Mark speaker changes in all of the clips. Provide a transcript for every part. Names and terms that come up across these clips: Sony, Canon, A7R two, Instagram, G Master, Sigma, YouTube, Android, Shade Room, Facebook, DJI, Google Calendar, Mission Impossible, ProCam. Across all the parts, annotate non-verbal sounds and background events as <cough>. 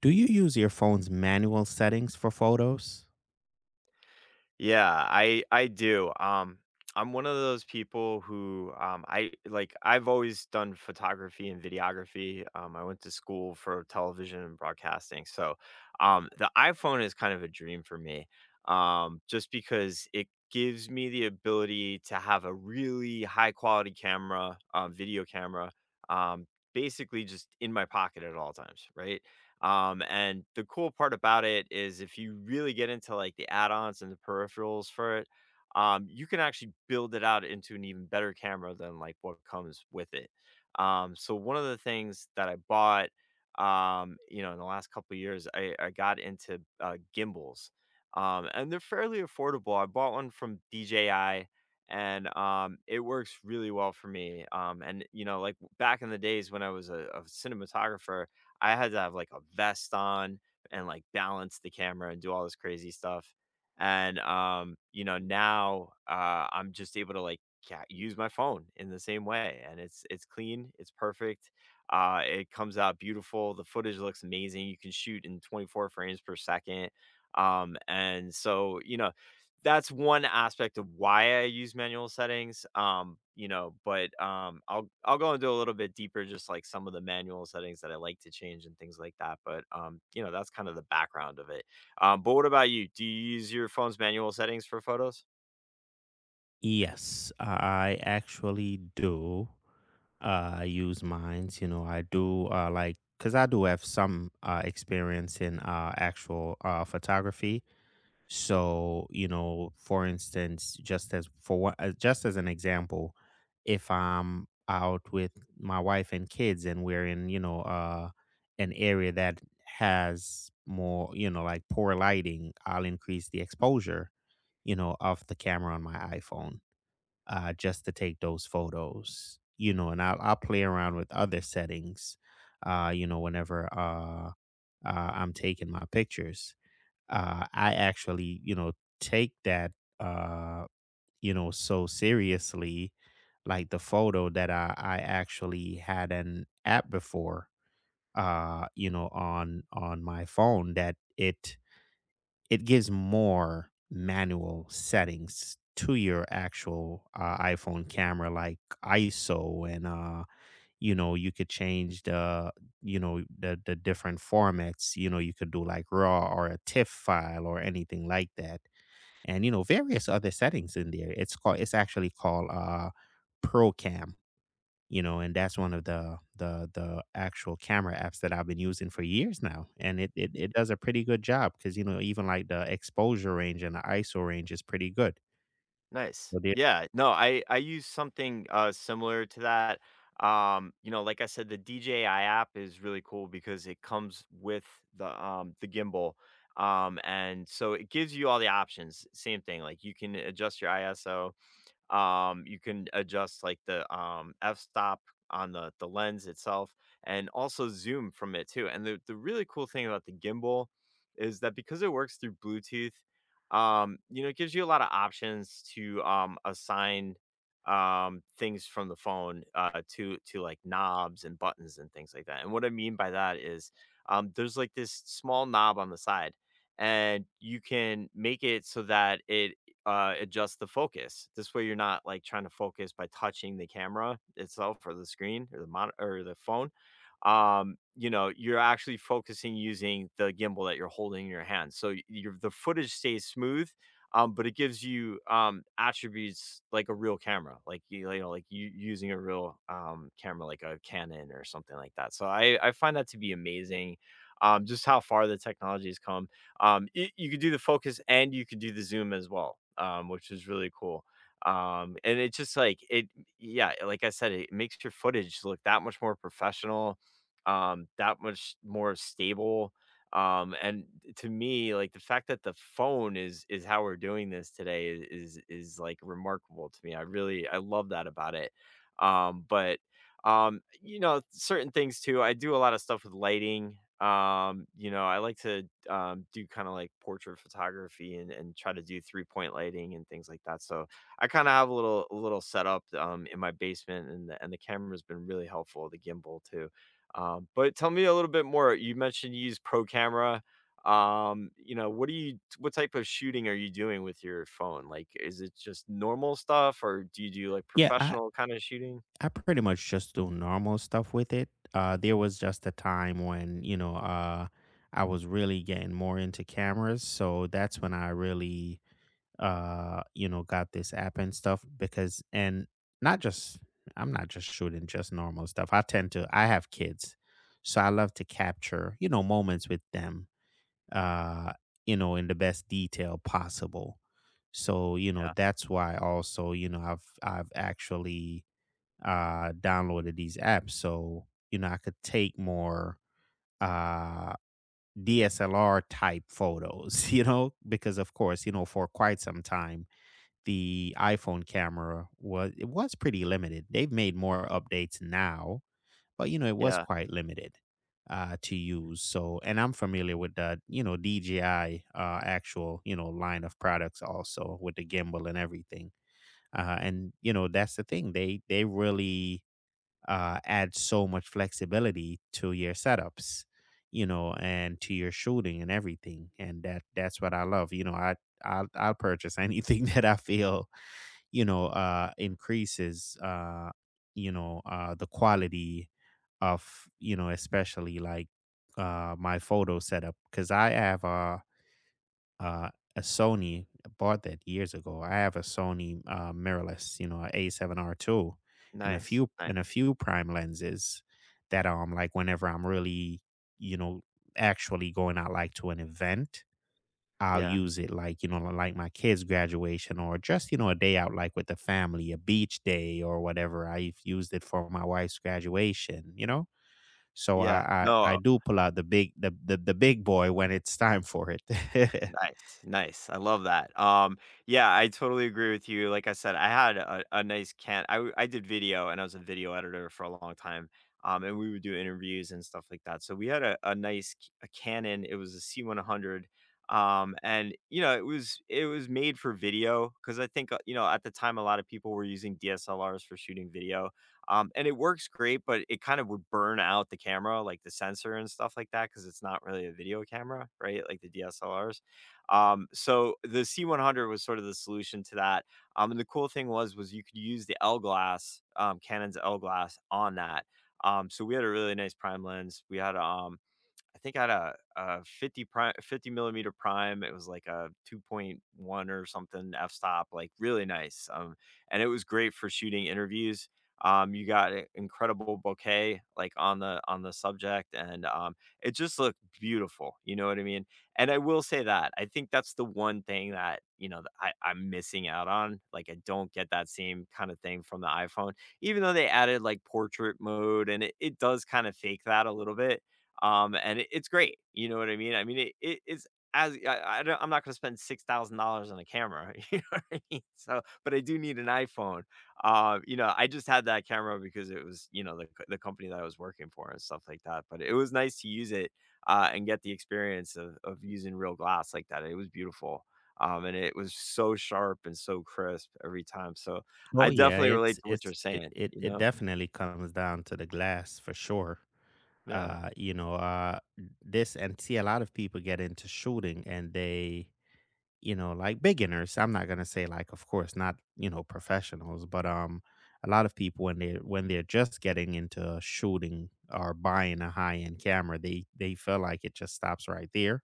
Speaker 1: Do you use your phone's manual settings for photos?
Speaker 2: Yeah, I do. I'm one of those people who I like. I've always done photography and videography. I went to school for television and broadcasting, so the iPhone is kind of a dream for me. Just because it gives me the ability to have a really high quality camera, video camera, um, basically just in my pocket at all times, right? And the cool part about it is if you really get into like the add-ons and the peripherals for it, you can actually build it out into an even better camera than like what comes with it. So one of the things that I bought, in the last couple of years, I got into gimbals, and they're fairly affordable. I bought one from DJI, and it works really well for me. And you know, like back in the days when I was a cinematographer, I had to have like a vest on and like balance the camera and do all this crazy stuff. And now I'm just able to like use my phone in the same way, and it's clean, it's perfect. It comes out beautiful. The footage looks amazing. You can shoot in 24 frames per second. And so you know, that's one aspect of why I use manual settings. You know, but I'll go into a little bit deeper, just like some of the manual settings that I like to change and things like that. But that's kind of the background of it. But what about you? Do you use your phone's manual settings for photos?
Speaker 1: Yes, I actually do. I use mines. You know, I do, like, because I do have some experience in actual photography. So, you know, for instance, just as just as an example, if I'm out with my wife and kids and we're in, you know, an area that has more, you know, like, poor lighting, I'll increase the exposure, you know, of the camera on my iPhone, just to take those photos, you know, and I'll play around with other settings, you know, whenever, I'm taking my pictures. I actually, you know, take that, uh, you know, so seriously. Like the photo that I actually had an app before, you know, on my phone, that it gives more manual settings to your actual iPhone camera, like ISO, and, you know, you could change the different formats. You know, you could do like RAW or a TIFF file or anything like that, and you know, various other settings in there. It's actually called ProCam, you know, and that's one of the actual camera apps that I've been using for years now, and it does a pretty good job, because you know, even like the exposure range and the ISO range is pretty good.
Speaker 2: Nice.
Speaker 1: So there-
Speaker 2: Yeah. No, I use something similar to that. You know, like I said, the DJI app is really cool because it comes with the gimbal. And so it gives you all the options. Same thing, like you can adjust your ISO. You can adjust like the f-stop on the lens itself, and also zoom from it too. And the really cool thing about the gimbal is that because it works through Bluetooth, it gives you a lot of options to assign things from the phone to like knobs and buttons and things like that. And what I mean by that is there's like this small knob on the side, and you can make it so that it adjust the focus. This way, you're not like trying to focus by touching the camera itself or the screen or the monitor or the phone. You know, you're actually focusing using the gimbal that you're holding in your hand. So your the footage stays smooth, but it gives you attributes like a real camera, like like you using a real camera, like a Canon or something like that. So I find that to be amazing. Just how far the technology has come. You could do the focus and you could do the zoom as well, which is really cool. And it's just like it, yeah, like I said, it makes your footage look that much more professional, that much more stable. And to me, like the fact that the phone is how we're doing this today is like remarkable to me. I love that about it. Um, but certain things too. I do a lot of stuff with lighting. You know, I like to do kind of like portrait photography, and try to do 3 point lighting and things like that. So I kind of have a little setup in my basement, and the camera's been really helpful. The gimbal too. But tell me a little bit more. You mentioned you use Pro Camera. What do you what type of shooting are you doing with your phone? Like, is it just normal stuff, or do you do like
Speaker 1: yeah, I
Speaker 2: professional kind of shooting?
Speaker 1: I pretty much just do normal stuff with it. There was just a time when, you know, I was really getting more into cameras, so that's when I really, you know, got this app and stuff because, and not just, I'm not just shooting just normal stuff. I tend to, I have kids, so I love to capture, you know, moments with them, uh you know, in the best detail possible. So you know, that's why also, you know, I've actually downloaded these apps, so you know, I could take more uh DSLR type photos <laughs> you know, because of course, you know, for quite some time the iPhone camera was pretty limited. They've made more updates now, but you know, it
Speaker 2: Yeah,
Speaker 1: was
Speaker 2: yeah.
Speaker 1: quite limited to use. So, and I'm familiar with the, you know, DJI, actual, you know, line of products, also with the gimbal and everything. And you know, that's the thing. They really add so much flexibility to your setups, you know, and to your shooting and everything. And that's what I love. You know, I'll purchase anything <laughs> that I feel, you know, increases, you know, the quality of, you know, especially like my photo setup, because I have uh, a Sony. I bought that years ago. I have a Sony, mirrorless, you know, a A7R two, and a
Speaker 2: Nice,
Speaker 1: few
Speaker 2: nice.
Speaker 1: and a few prime lenses that, um, like, whenever I'm really, you know, actually going out, like to an event, I'll
Speaker 2: Yeah,
Speaker 1: use it, like, you know, like my kids' graduation, or just, you know, a day out like with the family, a beach day or whatever. I've used it for my wife's graduation, you know? So
Speaker 2: yeah.
Speaker 1: I
Speaker 2: No.
Speaker 1: do pull out the the big boy when it's time for it. <laughs>
Speaker 2: Nice, nice. I love that. Yeah, I totally agree with you. Like I said, I had a nice can. I did video, and I was a video editor for a long time. And we would do interviews and stuff like that. So we had a a Canon. It was a C 100. And you know, it was made for video because I think you know at the time a lot of people were using DSLRs for shooting video. And it works great, but it kind of would burn out the camera, like the sensor and stuff like that, because it's not really a video camera, right? Like the DSLRs. So the C100 was sort of the solution to that. And the cool thing was you could use the L glass, Canon's L glass on that. So we had a really nice prime lens. We had a I think I had a 50 prime, 50 millimeter prime. It was like a 2.1 or something f-stop, like really nice. And it was great for shooting interviews. You got an incredible bouquet like on the subject, and it just looked beautiful. You know what I mean? And I will say that I think that's the one thing that you know that I'm missing out on. Like I don't get that same kind of thing from the iPhone, even though they added like portrait mode, and it does kind of fake that a little bit, and it's great. You know what I mean? I mean, it it's as I don't, I'm not going to spend $6,000 on a camera. <laughs> You know what I mean? So, but I do need an iPhone. You know, I just had that camera because it was you know the company that I was working for and stuff like that. But it was nice to use it, and get the experience of using real glass like that. It was beautiful. And it was so sharp and so crisp every time. So I
Speaker 1: Oh yeah,
Speaker 2: definitely relate to what you're
Speaker 1: it's it,
Speaker 2: saying.
Speaker 1: it
Speaker 2: You
Speaker 1: it
Speaker 2: know,
Speaker 1: definitely comes down to the glass, for sure.
Speaker 2: yeah,
Speaker 1: You know, this, and see, a lot of people get into shooting and they, you know, like, beginners. I'm not gonna say, like, of course, not, you know, professionals, but a lot of people when they're just getting into shooting or buying a high end camera, they feel like it just stops right there.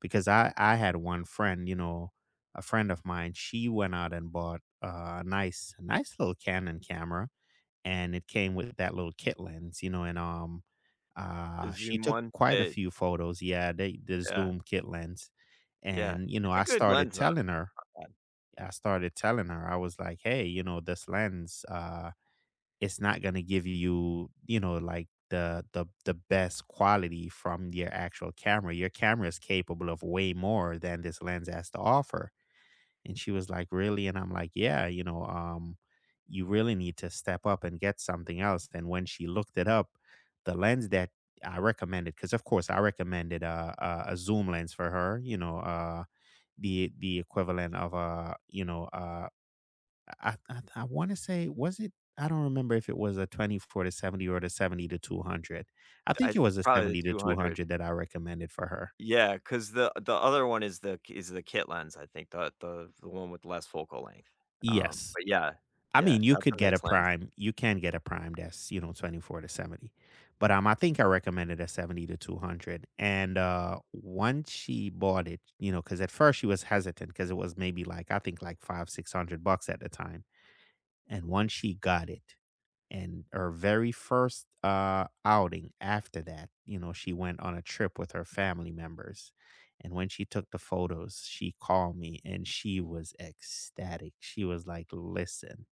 Speaker 1: Because I had one friend, you know, a friend of mine, she went out and bought a nice little Canon camera, and it came with that little kit lens, you know, and,
Speaker 2: the
Speaker 1: she
Speaker 2: Zoom
Speaker 1: took quite a few photos. Yeah, they, the
Speaker 2: yeah.
Speaker 1: zoom kit lens,
Speaker 2: Yeah,
Speaker 1: and, you know,
Speaker 2: it's a good Lenza. Uh,
Speaker 1: I started telling her, I was like, "Hey, you know, this lens, it's not gonna give you, you know, like, the best quality from your actual camera. Your camera is capable of way more than this lens has to offer." And she was like, "Really?" And I'm like, "Yeah, you know, you really need to step up and get something else." And when she looked it up, the lens that I recommended, because of course I recommended a, a zoom lens for her, you know, the equivalent of a, you know, I want to say, was it? I don't remember if it was a 24 to 70 or the 70 to 200. I think
Speaker 2: I
Speaker 1: it was a
Speaker 2: Probably the
Speaker 1: 70 to
Speaker 2: 200.
Speaker 1: 200 that I recommended for her.
Speaker 2: Yeah, because the other one is the kit lens, I think, the one with less focal length.
Speaker 1: Yes.
Speaker 2: But yeah,
Speaker 1: I
Speaker 2: yeah,
Speaker 1: mean, you
Speaker 2: that's a
Speaker 1: could get a
Speaker 2: nice lens.
Speaker 1: prime. You can get a prime that's, you know, 24 to 70. But um, I think I recommended a 70 to 200. And once she bought it, you know, cuz at first she was hesitant because it was maybe like, I think like 5 600 bucks at the time. And once she got it and her very first outing after that, you know, she went on a trip with her family members. And when she took the photos, she called me and she was ecstatic. She was like, "Listen,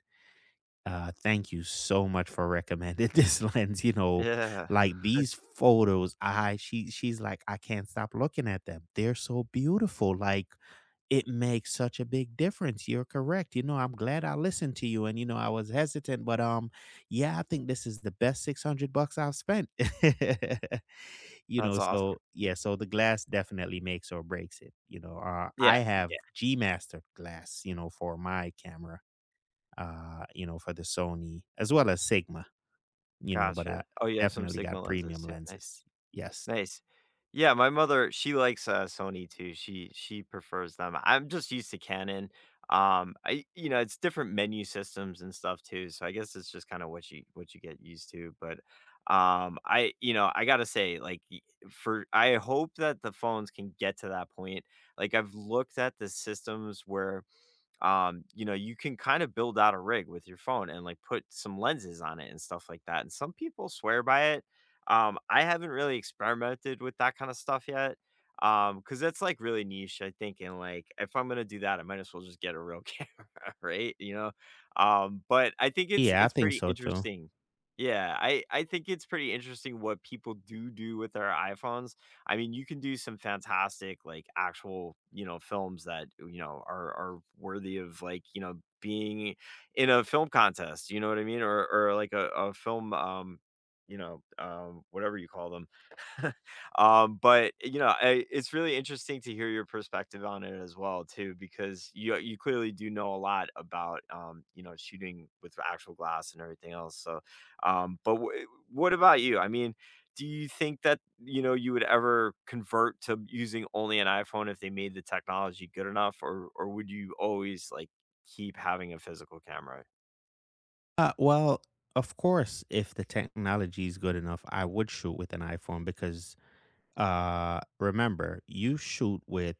Speaker 1: thank you so much for recommending <laughs> this lens. You know,
Speaker 2: Yeah,
Speaker 1: like, these photos, I she she's like, I can't stop looking at them. They're so beautiful. Like, it makes such a big difference. You're correct. You know, I'm glad I listened to you. And you know, I was hesitant, but yeah, I think this is the best 600 bucks I've spent." <laughs> you
Speaker 2: that's
Speaker 1: know,
Speaker 2: awesome.
Speaker 1: so yeah, so the glass definitely makes or breaks it. You know, I
Speaker 2: Yeah,
Speaker 1: have
Speaker 2: yeah,
Speaker 1: G Master glass. You know, for my camera, you know, for the Sony, as well as Sigma, you know, but I
Speaker 2: gotcha. Oh, you have some
Speaker 1: definitely
Speaker 2: Sigma
Speaker 1: got premium
Speaker 2: lenses, yeah, nice.
Speaker 1: lenses. Yes.
Speaker 2: Nice. Yeah, my mother, she likes, Sony too, she prefers them. I'm just used to Canon. It's different menu systems and stuff too, so I guess it's just kinda what you get used to. But, I you know, I gotta say, like, y for I hope that the phones can get to that point. Like, I've looked at the systems where you know, you can kind of build out a rig with your phone and like put some lenses on it and stuff like that. And some people swear by it. I haven't really experimented with that kind of stuff yet. Because that's like really niche, I think. And like, if I'm gonna do that, I might as well just get a real <laughs> camera, right? You know, but I think it's
Speaker 1: Yeah, I
Speaker 2: it's
Speaker 1: think
Speaker 2: pretty
Speaker 1: so too.
Speaker 2: interesting. Yeah, I think it's pretty interesting what people do with their iPhones. I mean, you can do some fantastic, like actual, you know, films that you know are worthy of like you know being in a film contest. You know what I mean? Or like a film, whatever you call them <laughs> But you know, it's really interesting to hear your perspective on it as well, too, because you clearly do know a lot about you know shooting with actual glass and everything else. So, um, but w- what about you? I mean, do you think that you know you would ever convert to using only an iPhone if they made the technology good enough, or would you always like keep having a physical camera?
Speaker 1: Well, of course, if the technology is good enough, I would shoot with an iPhone, because remember, you shoot with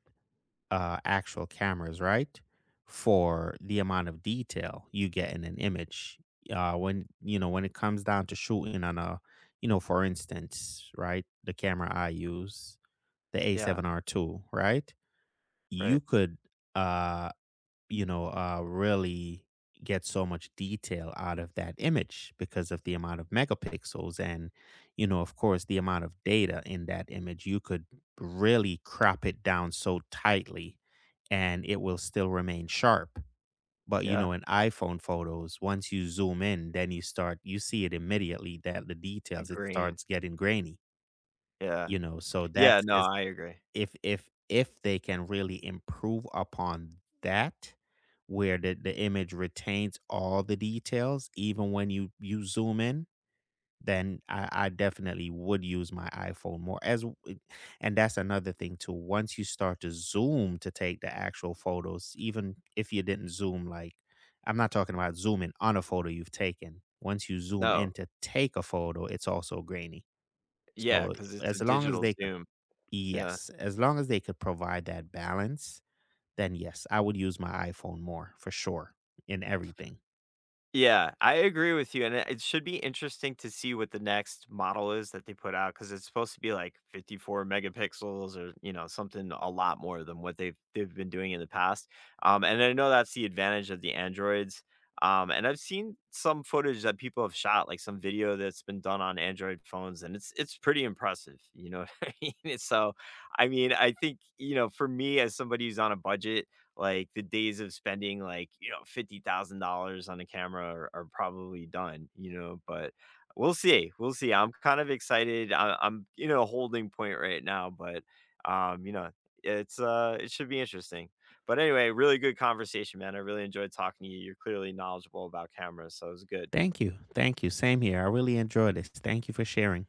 Speaker 1: actual cameras, right? For the amount of detail you get in an image. When you know, when it comes down to shooting on a, you know, for instance, right, the camera I use, the
Speaker 2: Yeah,
Speaker 1: A7R 2, right?
Speaker 2: right.
Speaker 1: You could, uh, you know, really get so much detail out of that image because of the amount of megapixels and, you know, of course, the amount of data in that image. You could really crop it down so tightly, and it will still remain sharp. But you
Speaker 2: Yeah,
Speaker 1: know, in iPhone photos, once you zoom in, then you start, you see it immediately that the
Speaker 2: the
Speaker 1: details, it
Speaker 2: green.
Speaker 1: starts getting grainy,
Speaker 2: Yeah,
Speaker 1: you know. So
Speaker 2: yeah.
Speaker 1: that's,
Speaker 2: No,
Speaker 1: as
Speaker 2: I agree.
Speaker 1: if, if they can really improve upon that, where the image retains all the details, even when you zoom in, then I definitely would use my iPhone more, and that's another thing too, once you start to zoom to take the actual photos, even if you didn't zoom, like, I'm not talking about zooming on a photo you've taken. Once you zoom in
Speaker 2: No.
Speaker 1: to take a photo, it's also grainy.
Speaker 2: Yeah,
Speaker 1: So,
Speaker 2: because it's a
Speaker 1: as long as
Speaker 2: digital
Speaker 1: they
Speaker 2: Zoom. Yeah.
Speaker 1: yes, as long as they could provide that balance, then yes, I would use my iPhone more, for sure, in everything.
Speaker 2: Yeah, I agree with you, and it should be interesting to see what the next model is that they put out, because it's supposed to be, like, 54 megapixels or, you know, something a lot more than what they've been doing in the past, and I know that's the advantage of the Androids, and I've seen some footage that people have shot, like, some video that's been done on Android phones, and it's pretty impressive, you know what <laughs> I mean? So, I mean, I think, you know, for me as somebody who's on a budget. Like the days of spending like, you know, $50,000 on a camera are probably done, you know, but we'll see. We'll see. I'm kind of excited. I'm in a holding point right now, but um, you know, it's it should be interesting. But anyway, really good conversation, man. I really enjoyed talking to you. You're clearly knowledgeable about cameras, so it was good.
Speaker 1: Thank you. Thank you. Same here. I really enjoyed this. Thank you for sharing.